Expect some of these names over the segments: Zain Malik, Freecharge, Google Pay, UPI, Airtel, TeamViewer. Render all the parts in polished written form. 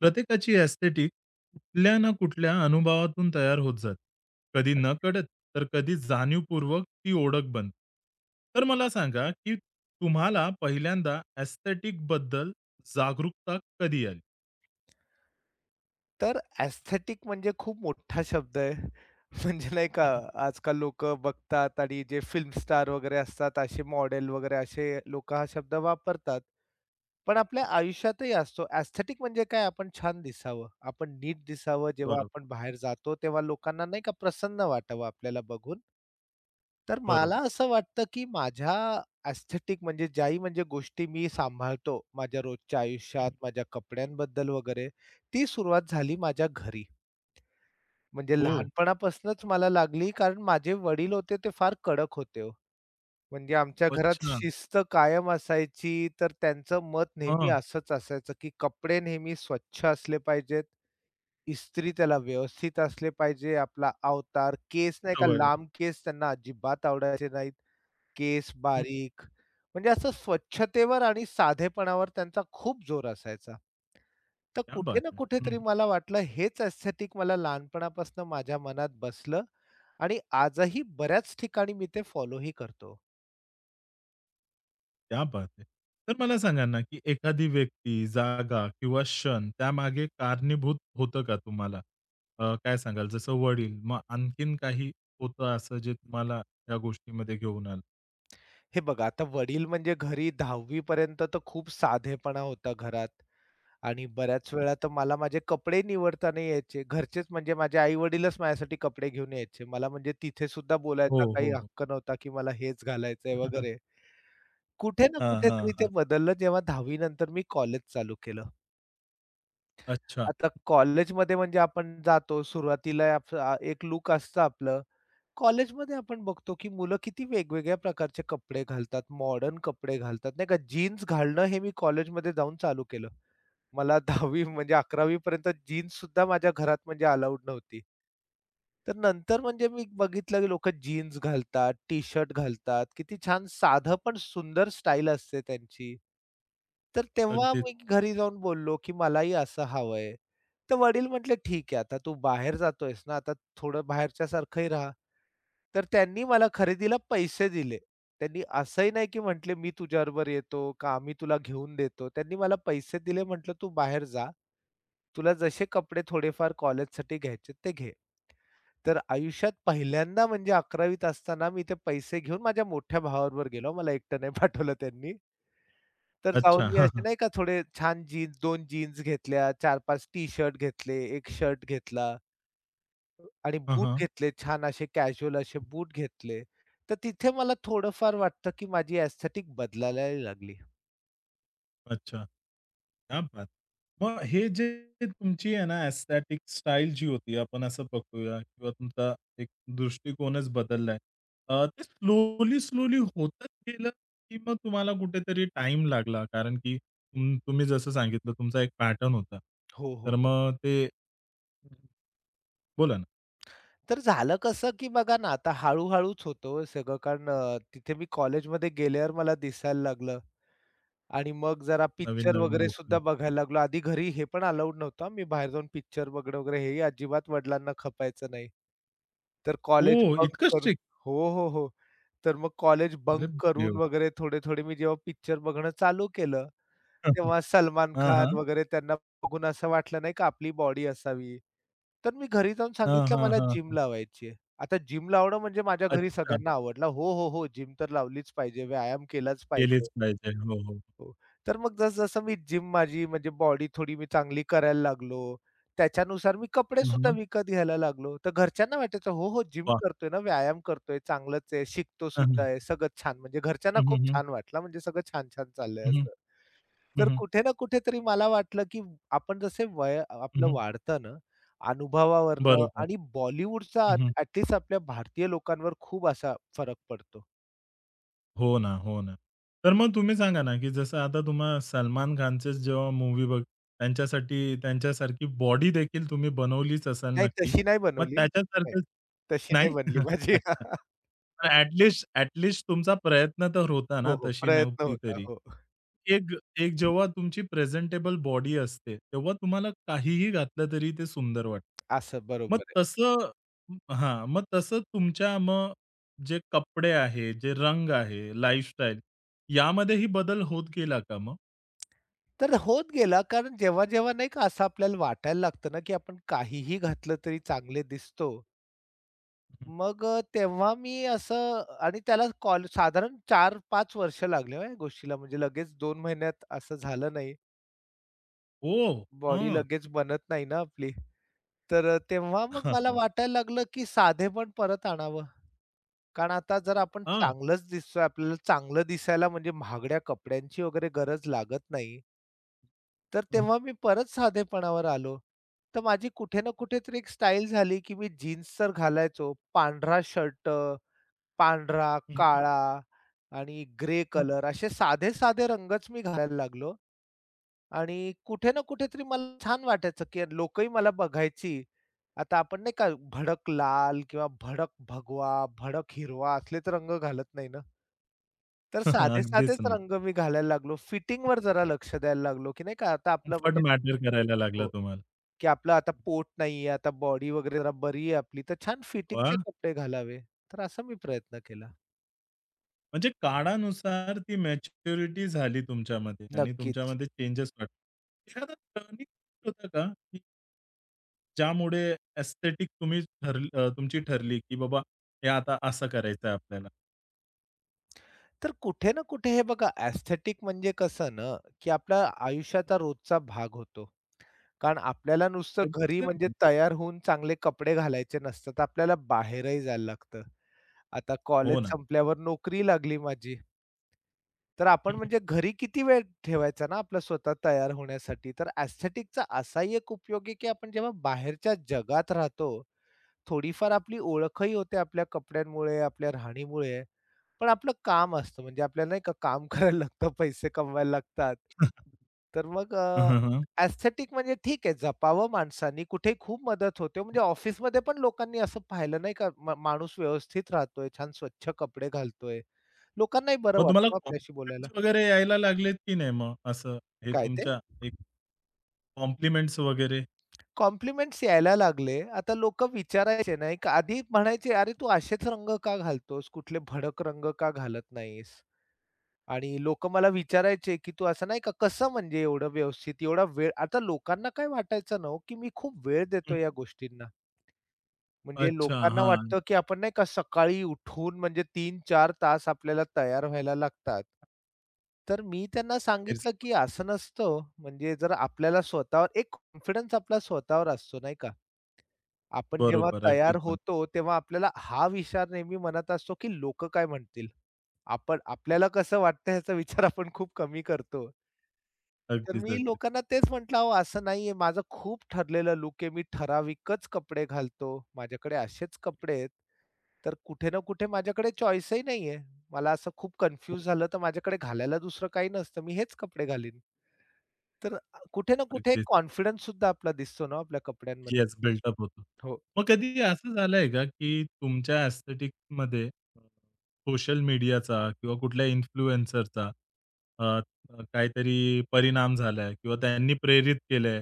प्रत्येकाची एस्थेटिक कुठल्या ना कुठल्या अनुभवातून तयार होत जाते. कधी नकळत, तर कधी जाणीवपूर्वक ती ओळख बनते. तर मला सांगा, की तुम्हाला पहिल्यांदा एस्थेटिक बद्दल जागरूकता कधी आली? तर एस्थेटिक म्हणजे खूप मोठा शब्द आहे. म्हणजे नाही का हं, हं. आजकाल लोक बघतात आणि जे फिल्म स्टार वगैरे असतात, असे मॉडेल वगैरे असे लोकं हा शब्द वापरतात. पण आपल्या आयुष्यातही असतो. एस्थेटिक म्हणजे काय आपण छान दिसावं, आपण नीट दिसावं. जेव्हा बरोबर, आपण बाहेर जातो, तेव्हा लोकांना नाही का प्रसन्न वाटावं आपल्याला बघून. तर मला बरोबर. असं वाटतं, की माझ्या एस्थेटिक म्हणजे ज्याही म्हणजे गोष्टी मी सांभाळतो माझ्या रोजच्या हं, आयुष्यात, माझ्या कपड्यांबद्दल वगैरे, ती सुरुवात झाली माझ्या घरी. म्हणजे हो. लहानपणापासूनच मला लागली, कारण माझे वडील होते ते फार कडक होते हो. म्हणजे आमच्या घरात अच्छा. शिस्त कायम असायची, तर त्यांचं मत नेहमी हां. असंच असायचं, की कपडे नेहमी स्वच्छ असले पाहिजेत, इस्त्री त्याला व्यवस्थित असले पाहिजे, आपला अवतार, केस नाही का सवय आहे. लांब केस त्यांना अजिबात आवडायचे नाहीत. केस हं. बारीक, म्हणजे असं स्वच्छतेवर आणि साधेपणावर त्यांचा खूप जोर असायचा. तर क्या कुठे बात ना है! कुठेतरी मला वाटलं हेच एस्थेटिक मला लहानपणापासून माझ्या मनात बसलं आणि आजही बऱ्याच ठिकाणी मी ते फॉलोही करतो. क्या बात है! तर मला सांगा ना, की एखादी व्यक्ती, जागा किंवा क्षण त्यामागे कारणीभूत होतं का तुम्हाला? काय सांगाल? जसं वडील, मग आणखीन काही होतं असं जे तुम्हाला या गोष्टीमध्ये घेऊन आलं? हे बघा आता वडील म्हणजे घरी 10वी पर्यंत तर खूप साधेपणा होता घरात आणि बऱ्याच वेळा तर मला माझे कपडे निवडताना यायचे. घरचेच म्हणजे माझे आई-वडीलच माझ्यासाठी कपडे घेऊन यायचे. मला म्हणजे तिथे सुद्धा हो, बोलायचा काही हो, हो. हक्क नव्हता, की मला हेच घालायचंय वगैरे. कुठे ना हां, हां, कुठेतरी ते हां. बदललं जेव्हा 10वी नंतर मी कॉलेज चालू केलं. अच्छा. आता कॉलेजमध्ये म्हणजे आपण जातो सुरुवातीला एक लूक असतं आपलं. कॉलेजमध्ये आपण बघतो की मुलं किती वेगवेगळ्या प्रकारचे कपडे घालतात, मॉडर्न कपडे घालतात नाही का. जीन्स घालणं हे मी कॉलेजमध्ये जाऊन चालू केलं. मला 10वी म्हणजे 11वी पर्यंत जीन्स सुद्धा माझ्या घरात म्हणजे अलाउड नव्हती. तर नंतर म्हणजे मी बघितलं की लोकं जीन्स घालतात, टी-शर्ट घालतात. किती छान साधं पण सुंदर स्टाईल असते त्यांची. तर तेव्हा अगदीच. मी घरी जाऊन बोललो, की मलाही असं हवंय. तर वडील म्हटले, "ठीक आहे, आता तू बाहेर जातोयस ना, आता थोडं बाहेरच्यासारखंही राहा." तर त्यांनी मला खरेदीला पैसे दिले. त्यांनी असंही नाही, की म्हटले, "मी तुझ्याबरोबर येतो का आम्ही तुला घेऊन देतो." त्यांनी मला पैसे दिले, म्हटलं, "तू बाहेर जा. तुला जसे कपडे थोडेफार कॉलेजसाठी घ्यायचे ते घे." तर आयुष्यात पहिल्यांदा म्हणजे 11वीत असताना मी ते पैसे घेऊन माझ्या मोठ्या भावाबरोबर गेलो. मला एकटं नाही पाठवलं त्यांनी. तर अच्छा. जाऊन मी हां, असे हां. नाही का थोडे छान जीन्स दोन जीन्स घेतल्या, चार 5 टी-शर्ट घेतले, 1 शर्ट घेतला आणि हां, बूट हां. घेतले छान असे कॅज्युअल असे बूट घेतले. तर तिथे मला थोडंफार वाटतं, की माझी एस्थेटिक बदलायला लागली. अच्छा. क्या बात! मग हे जे तुमची आहे ना एस्थेटिक स्टाईल जी होती, आपण असं बघूया किंवा तुमचा एक दृष्टिकोनच बदललाय. ते स्लोली, स्लोली होतच गेलं, की मग तुम्हाला कुठेतरी टाइम लागला? कारण की तुम्ही जसं सांगितलं तुमचा एक पॅटर्न होता. हो, हो, तर हो. मग ते बोला ना. तर झालं कसं, की बघा ना आता हळू-हळूच होतो सगळं कारण तिथे मी कॉलेजमध्ये गेल्यावर मला दिसायला लागलं. आणि मग जरा पिक्चर नवीन-नवीन वगैरे सुद्धा गोष्टी. बघायला लागलो. आधी घरी हे पण अलाउड नव्हतं हां, मी बाहेर जाऊन पिक्चर बघणं वगैरे हेही अजिबात वडिलांना खपायचं नाही. तर कॉलेज ओह! बंक इतकं करून स्ट्रिक्ट? हो, हो, हो. तर मग कॉलेज अरे बंक करून देवा! वगैरे थोडे-थोडे मी जेव्हा पिक्चर बघणं चालू केलं, तेव्हा सलमान हां, खान हां. वगैरे त्यांना बघून असं वाटलं नाही का आपली बॉडी असावी. तर मी घरी जाऊन हां, सांगितलं हां, मला जिम हां, लावायची आहे. आता जिम लावणं म्हणजे माझ्या घरी अच्छा. सगळ्यांना आवडला. "हो, हो, हो. जिम तर लावलीच पाहिजे. व्यायाम केलाच पाहिजे." केलीच पाहिजे. हो, हो. हो. तर मग जसं मी जिम माझी म्हणजे बॉडी थोडी मी चांगली करायला लागलो, त्याच्यानुसार मी कपडे हं, सुद्धा हं. विकत घ्यायला लागलो. तर घरच्यांना वाटायचं, "हो, हो, जिम वाह! करतोय ना, व्यायाम करतोय, चांगलंच आहे, शिकतो सुद्धा आहे, सगळं छान." म्हणजे घरच्यांना हं, खूप हं. छान वाटलं, म्हणजे सगळं छान-छान चाललंय हं, हं. असं. हं, तर हं. कुठे ना कुठेतरी मला वाटलं, की आपण जसे वय हं, आपलं हं. वाढतं ना, अनुभवावरनं बरोबर. आणि बॉलिवूडचा हं, हं. ॲट आपल्या भारतीय लोकांवर खूप असा फरक पडतो. हो ना, हो ना. तर मग तुम्ही सांगा ना, की जसं आता तुम्हा सलमान खानचेच जेव्हा मूव्ही बघ त्यांच्यासाठी त्यांच्यासारखी बॉडी देखील तुम्ही बनवलीच असाल नाही, नक्की. तशी नाही मग बनवली नाही, त्याच्यासारखेच तशी नाही नाही? बनली माझी. अच्छा. तर ॲट लीस्ट तुमचा प्रयत्न तर होता ना, हो, हो. तशी प्रयत्न नव्हती होता. तरी. हो. एक एक जेव्हा तुमची प्रेझेंटेबल बॉडी असते, तेव्हा तुम्हाला काहीही घातलं तरी ते सुंदर वाटतं. असं मग बरोबर आहे. तसं हां, मग तसं तुमच्या मग जे कपडे आहे, जे रंग आहे, लाईफस्टाईल यामध्येही बदल होत गेला का मग? तर होत गेला कारण जेव्हा-जेव्हा नाही का असं आपल्याला वाटायला लागतं ना, की आपण काहीही घातलं तरी चांगले दिसतो. हं. मग तेव्हा मी असं आणि त्याला कॉल साधारण 4-5 वर्ष लागले हो या गोष्टीला म्हणजे लगेच 2 महिन्यात असं झालं नाही. ओह! बॉडी हं. लगेच बनत नाही ना आपली. तर तेव्हा मग मला वाटायला लागलं, की साधेपण परत आणावं. कारण आता जर आपण हां. चांगलंच दिसतोय, आपल्याला चांगलं दिसायला म्हणजे महागड्या कपड्यांची वगैरे गरज लागत नाही. तर हं, हं. तेव्हा मी परत साधेपणावर आलो. तर माझी कुठे ना कुठेतरी एक स्टाईल झाली, की मी जीन्स तर घालायचो. पांढरा शर्ट, पांढरा, हं, काळा आणि ग्रे कलर असे साधे-साधे रंगच मी घालायला लागलो आणि कुठे ना कुठेतरी मला छान वाटायचं, की लोकही मला बघायची. आता आपण नाही का भडक लाल किंवा भडक भगवा, भडक हिरवा असलेच रंग घालत नाही ना. तर अगदीच साधे-साधेच ना. रंग मी घालायला लागलो. फिटिंगवर जरा लक्ष द्यायला लागलो, की नाही का आता आपलं कम्फर्ट म्हणजे मॅटर करायला लागला हो. तुम्हाला. की आपलं आता पोट नाहीये, आता बॉडी वगैरे जरा बरी आहे आपली, तर छान वाह! फिटिंगचे कपडे घालावे. तर असा मी प्रयत्न केला. म्हणजे काळानुसार ती मॅच्युरिटी झाली तुमच्यामध्ये आणि नक्कीच. तुमच्यामध्ये चेंजेस वाटले. एखादा टर्निंग होता का, की ज्यामुळे एस्थेटिक तुम्ही तुमची ठरली, की बाबा हे आता असं करायचंय आपल्याला? तर कुठे ना कुठे हे बघा एस्थेटिक म्हणजे कसं ना, की आपला आयुष्याचा रोजचा भाग होतो. कारण आपल्याला नुसतं घरी म्हणजे Exactly. तयार होऊन चांगले कपडे घालायचे नसतात. आपल्याला बाहेरही जायला लागतं. आता कॉलेज हो ना. संपल्यावर नोकरी लागली माझी. तर हं, आपण हं. म्हणजे घरी किती वेळ ठेवायचा ना आपला स्वतः तयार होण्यासाठी. तर एस्थेटिकचा असाही एक उपयोग आहे, की आपण जेव्हा बाहेरच्या जगात राहतो, थोडीफार आपली ओळखही होते आपल्या कपड्यांमुळे, आपल्या राहणीमुळे. पण आपलं काम असतं म्हणजे आपल्याला नाही का काम करायला लागतं, पैसे कमवायला लागतात. तर मग हं, हं, हं. एस्थेटिक म्हणजे ठीक आहे जपावं माणसांनी, कुठे खूप मदत होते. म्हणजे ऑफिसमध्ये पण लोकांनी असं पाहिलं नाही का माणूस व्यवस्थित राहतोय, छान स्वच्छ कपडे घालतोय. लोकांनाही बरं मग वाटतं तुम्हाला हो आपल्याशी बोलायला. कॉम्प्लिमेंट्स वगैरे यायला लागलेत की नाही मग असं हे काय ते? तुमच्या एक कॉम्प्लिमेंट्स वगैरे? कॉम्प्लिमेंट्स यायला लागले. आता लोकं विचारायचे नाही का आधी म्हणायचे, "अरे तू असेच रंग का घालतोस? कुठले भडक रंग का घालत नाहीस?" आणि लोकं मला विचारायचे, की "तू असं नाही का कसं म्हणजे एवढं व्यवस्थित एवढा वेळ?" आता लोकांना काय वाटायचं ना हो, की मी खूप वेळ हं. देतोय या गोष्टींना. म्हणजे अच्छा. लोकांना हां. वाटतं, की आपण नाही का सकाळी उठून म्हणजे 3-4 तास आपल्याला तयार व्हायला लागतात. तर मी त्यांना गैरसमज. सांगितलं, की असं नसतं. म्हणजे जर आपल्याला स्वतःवर एक कॉन्फिडन्स आपला स्वतःवर असतो नाही का? आपण जेव्हा बरोबर. अगदीच तयार ना. होतो, तेव्हा आपल्याला हा विचार नेहमी मनात असतो, की लोक काय म्हणतील? आपण आपल्याला कसं वाटतं ह्याचा विचार आपण खूप कमी करतो. तर अगदीच, मी अगदीच. लोकांना तेच म्हटलं, "अहो असं नाहीये, माझं खूप ठरलेलं लूक आहे. मी ठराविकच कपडे घालतो. माझ्याकडे असेच कपडे आहेत. तर कुठे ना कुठे माझ्याकडे चॉईसही नाहीये. मला असं खूप हो, कन्फ्यूज झालं, तर माझ्याकडे घालायला दुसरं काही नसतं. मी हेच कपडे घालीन." तर कुठे ना कुठे अगदीच. कॉन्फिडन्स सुद्धा आपला दिसतो ना, आपल्या कपड्यांमध्ये. येस, बिल्डअप होतो. हो. मग कधी असं झालंय का, की तुमच्या एस्थेटिक्समध्ये अ, सोशल मीडियाचा किंवा कुठल्या इन्फ्लुएन्सरचा अ, अ, काहीतरी परिणाम झालाय किंवा त्यांनी प्रेरित केलंय?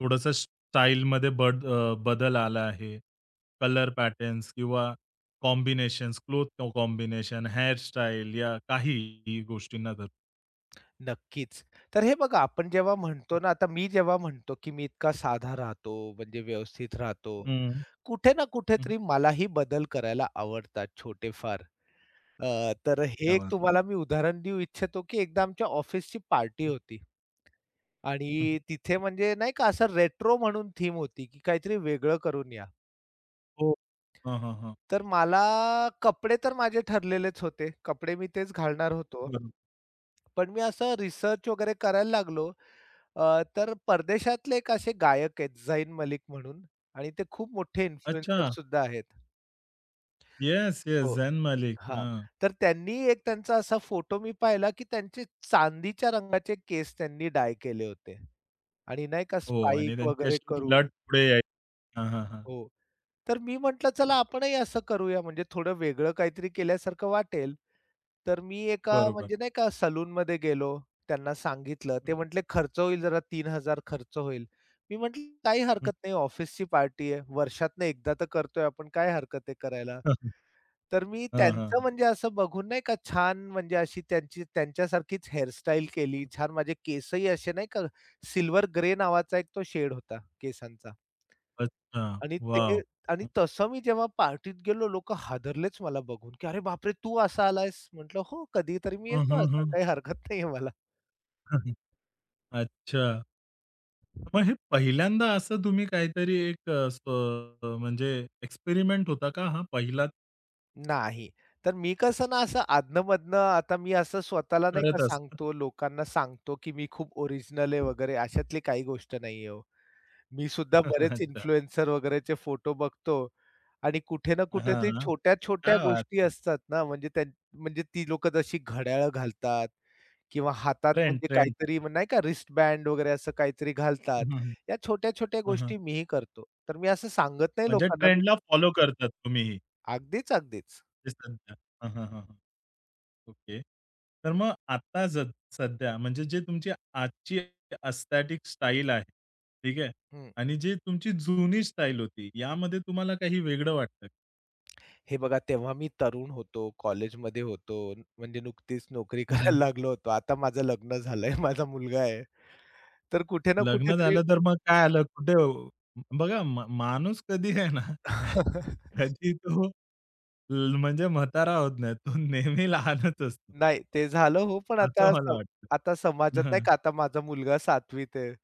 थोडंसं स्टाईलमध्ये बदल आला आहे. कलर पॅटर्न्स किंवा कॉम्बिनेशन्स, क्लोथ कॉम्बिनेशन, हेअरस्टाईल या काही गोष्टींना धरून. नक्कीच. तर हे बघा आपण जेव्हा म्हणतो ना, आता मी जेव्हा म्हणतो, की मी इतका साधा राहतो, म्हणजे व्यवस्थित राहतो. हं, कुठे ना हं, कुठेतरी मलाही बदल करायला आवडतात छोटेफार. तर हे क्या एक बात है! तुम्हाला मी उदाहरण देऊ इच्छितो, की एकदा आमच्या ऑफिसची पार्टी होती हं, आणि तिथे म्हणजे नाही का असं रेट्रो म्हणून थीम होती, की काहीतरी वेगळं करून या. हो. हां, हां, हां. तर मला कपडे तर माझे ठरलेलेच होते. कपडे मी तेच घालणार होतो. बरोबर. पण मी असं रिसर्च वगैरे करायला लागलो. तर परदेशातले एक असे गायक आहेत झैन मलिक म्हणून आणि ते खूप मोठे अच्छा. इन्फ्लुएन्सर सुद्धा आहेत. Yes, yes. हो. झैन मालिक. हां. हां. तर त्यांनी एक त्यांचा असा फोटो मी पाहिला, की त्यांचे चांदीच्या रंगाचे केस त्यांनी डाय केले होते आणि नाही का हो आणि स्पाइक त्यांची वगैरे अशी करून लट पुढे यायची. हां, हां, हां. हो. तर मी म्हटलं चला आपणही असं करूया म्हणजे थोडं वेगळं काहीतरी केल्यासारखं वाटेल. तर मी एका बरोबर. म्हणजे नाही का सलूनमध्ये गेलो. त्यांना सांगितलं. हं, ते म्हटले खर्च होईल जरा 3,000 खर्च होईल. मी म्हटलं काही हं. हरकत नाही ऑफिसची पार्टी आहे. वर्षातनं एकदा तर करतोय आपण काय हरकत आहे करायला. हां, हां. तर मी हां, हां, त्यांचं हां. म्हणजे असं बघून नाही का छान म्हणजे अशी त्यांची त्यांच्यासारखीच हेअरस्टाईल केली. छान माझे केसही असे नाही का सिल्व्हर ग्रे नावाचा एक तो शेड होता केसांचा. अच्छा. आणि ते वॉव! आणि तसं मी जेव्हा पार्टीत गेलो, लोकं हादरलेच मला बघून, की "अरे बापरे! तू असा आलायस?" म्हटलं, "हो, कधीतरी मी हं, येतो हं, असा, हं. काही हरकत नाहीये मला." अच्छा. मग हे पहिल्यांदा असं तुम्ही काहीतरी एक अ, स म्हणजे एक्सपेरिमेंट होता का हा पहिलाच नाही. तर मी कसं ना असं अधनं-मधनं आता मी असं स्वतःला नाही का करत असता? सांगतो, लोकांना सांगतो, की मी खूप ओरिजिनल आहे वगैरे अशातली काही गोष्ट नाहीये हो. मी सुद्धा बरेच अच्छा. इन्फ्लुएन्सर वगैरेचे फोटो बघतो आणि कुठे ना हां, कुठेतरी हां. छोट्या-छोट्या क्या बात गोष्टी है! असतात ना, म्हणजे म्हणजे ती लोकं जशी घड्याळं घालतात किंवा हातात ट्रेंड, म्हणजे ट्रेंड. काहीतरी नाही का रिस्टबँड वगैरे असं काहीतरी घालतात. हं, हं, हं. या छोट्या-छोट्या हं, हं. गोष्टी मीही करतो. तर मी असं सांगत नाही म्हणजे लोकांना मी ट्रेंडला फॉलो करतात तुम्हीही. अगदीच, अगदीच. ते सध्या. हां, हां, हां, हां. ओके. तर मग आता सध्या म्हणजे जे तुमची आजची एस्थेटिक स्टाईल आहे, ठीक आहे? हं. आणि जी तुमची जुनी स्टाईल होती, यामध्ये तुम्हाला काही वेगळं वाटतं? हे बघा तेव्हा मी तरुण होतो, कॉलेजमध्ये होतो, म्हणजे नुकतीच नोकरी हं, हं. करायला लागलो होतो. आता माझं लग्न झालंय, माझा मुलगा आहे. तर कुठे ना लग्न कुठेतरी झालं तर मग काय आलं कुठे हो बघा माणूस कधी आहे ना, कधी तो म्हणजे म्हातारा होत नाही. तो नेहमी लहानच असतो. नाही ते झालं हो, पण असं आता मला वाटतं. आता समाजात नाही का आता माझा मुलगा 7वीत आहे.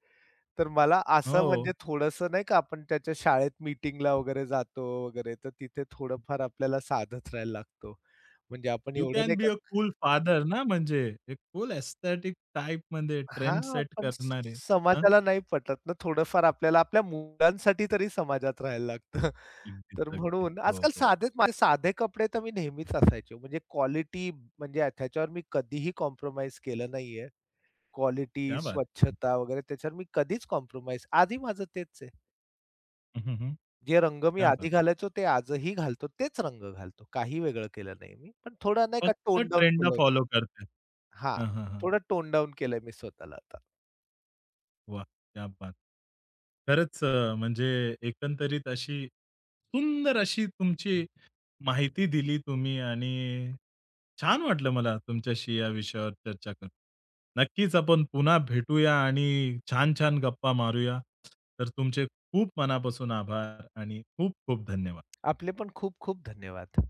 तर मला असं हो. म्हणजे थोडंसं नाही का आपण त्याच्या शाळेत मीटिंगला वगैरे जातो वगैरे, तर तिथे थोडंफार आपल्याला साधत राहायला लागतो. म्हणजे आपण यू एवढं कॅन नाही बी का अ कूल फादर ना, म्हणजे एक कूल एस्थेटिक टाइपमध्ये ट्रेंड हां, सेट पण करणारे. हां, समाजाला नाही पटत ना, थोडंफार आपल्याला आपल्या मुलांसाठी तरी समाजात राहायला लागतं. अगदीच, तर अगदीच. म्हणून हो, आजकाल हो. साधेच माझे साधे कपडे तर मी नेहमीच असायचे. म्हणजे क्वालिटी म्हणजे त्याच्यावर मी कधीही कॉम्प्रोमाईज केलं नाहीये. क्वालिटी, क्या बात! स्वच्छता वगैरे त्याच्यावर मी कधीच कॉम्प्रोमाईज आजही माझं तेच आहे. हं, हं, हं. जे रंग मी क्या आधी बात! घालायचो ते आजही घालतो. तेच रंग घालतो. काही वेगळं केलं नाही मी. पण थोडं नाही का फक्त टोन डाउन ट्रेंडला केलंय मी. फॉलो करते हां, हां, हां, हां. थोडं टोन डाउन केलंय मी स्वतःला आता. वाह! क्या बात! खरंच म्हणजे एकंदरीत अशी सुंदर अशी तुमची माहिती दिली तुम्ही आणि छान वाटलं मला तुमच्याशी या विषयावर चर्चा करून. नक्कीच आपण पुन्हा भेटूया आणि छान-छान गप्पा मारूया. तर तुमचे खूप मनापासून आभार आणि खूप-खूप धन्यवाद. आपले पण खूप खूप धन्यवाद.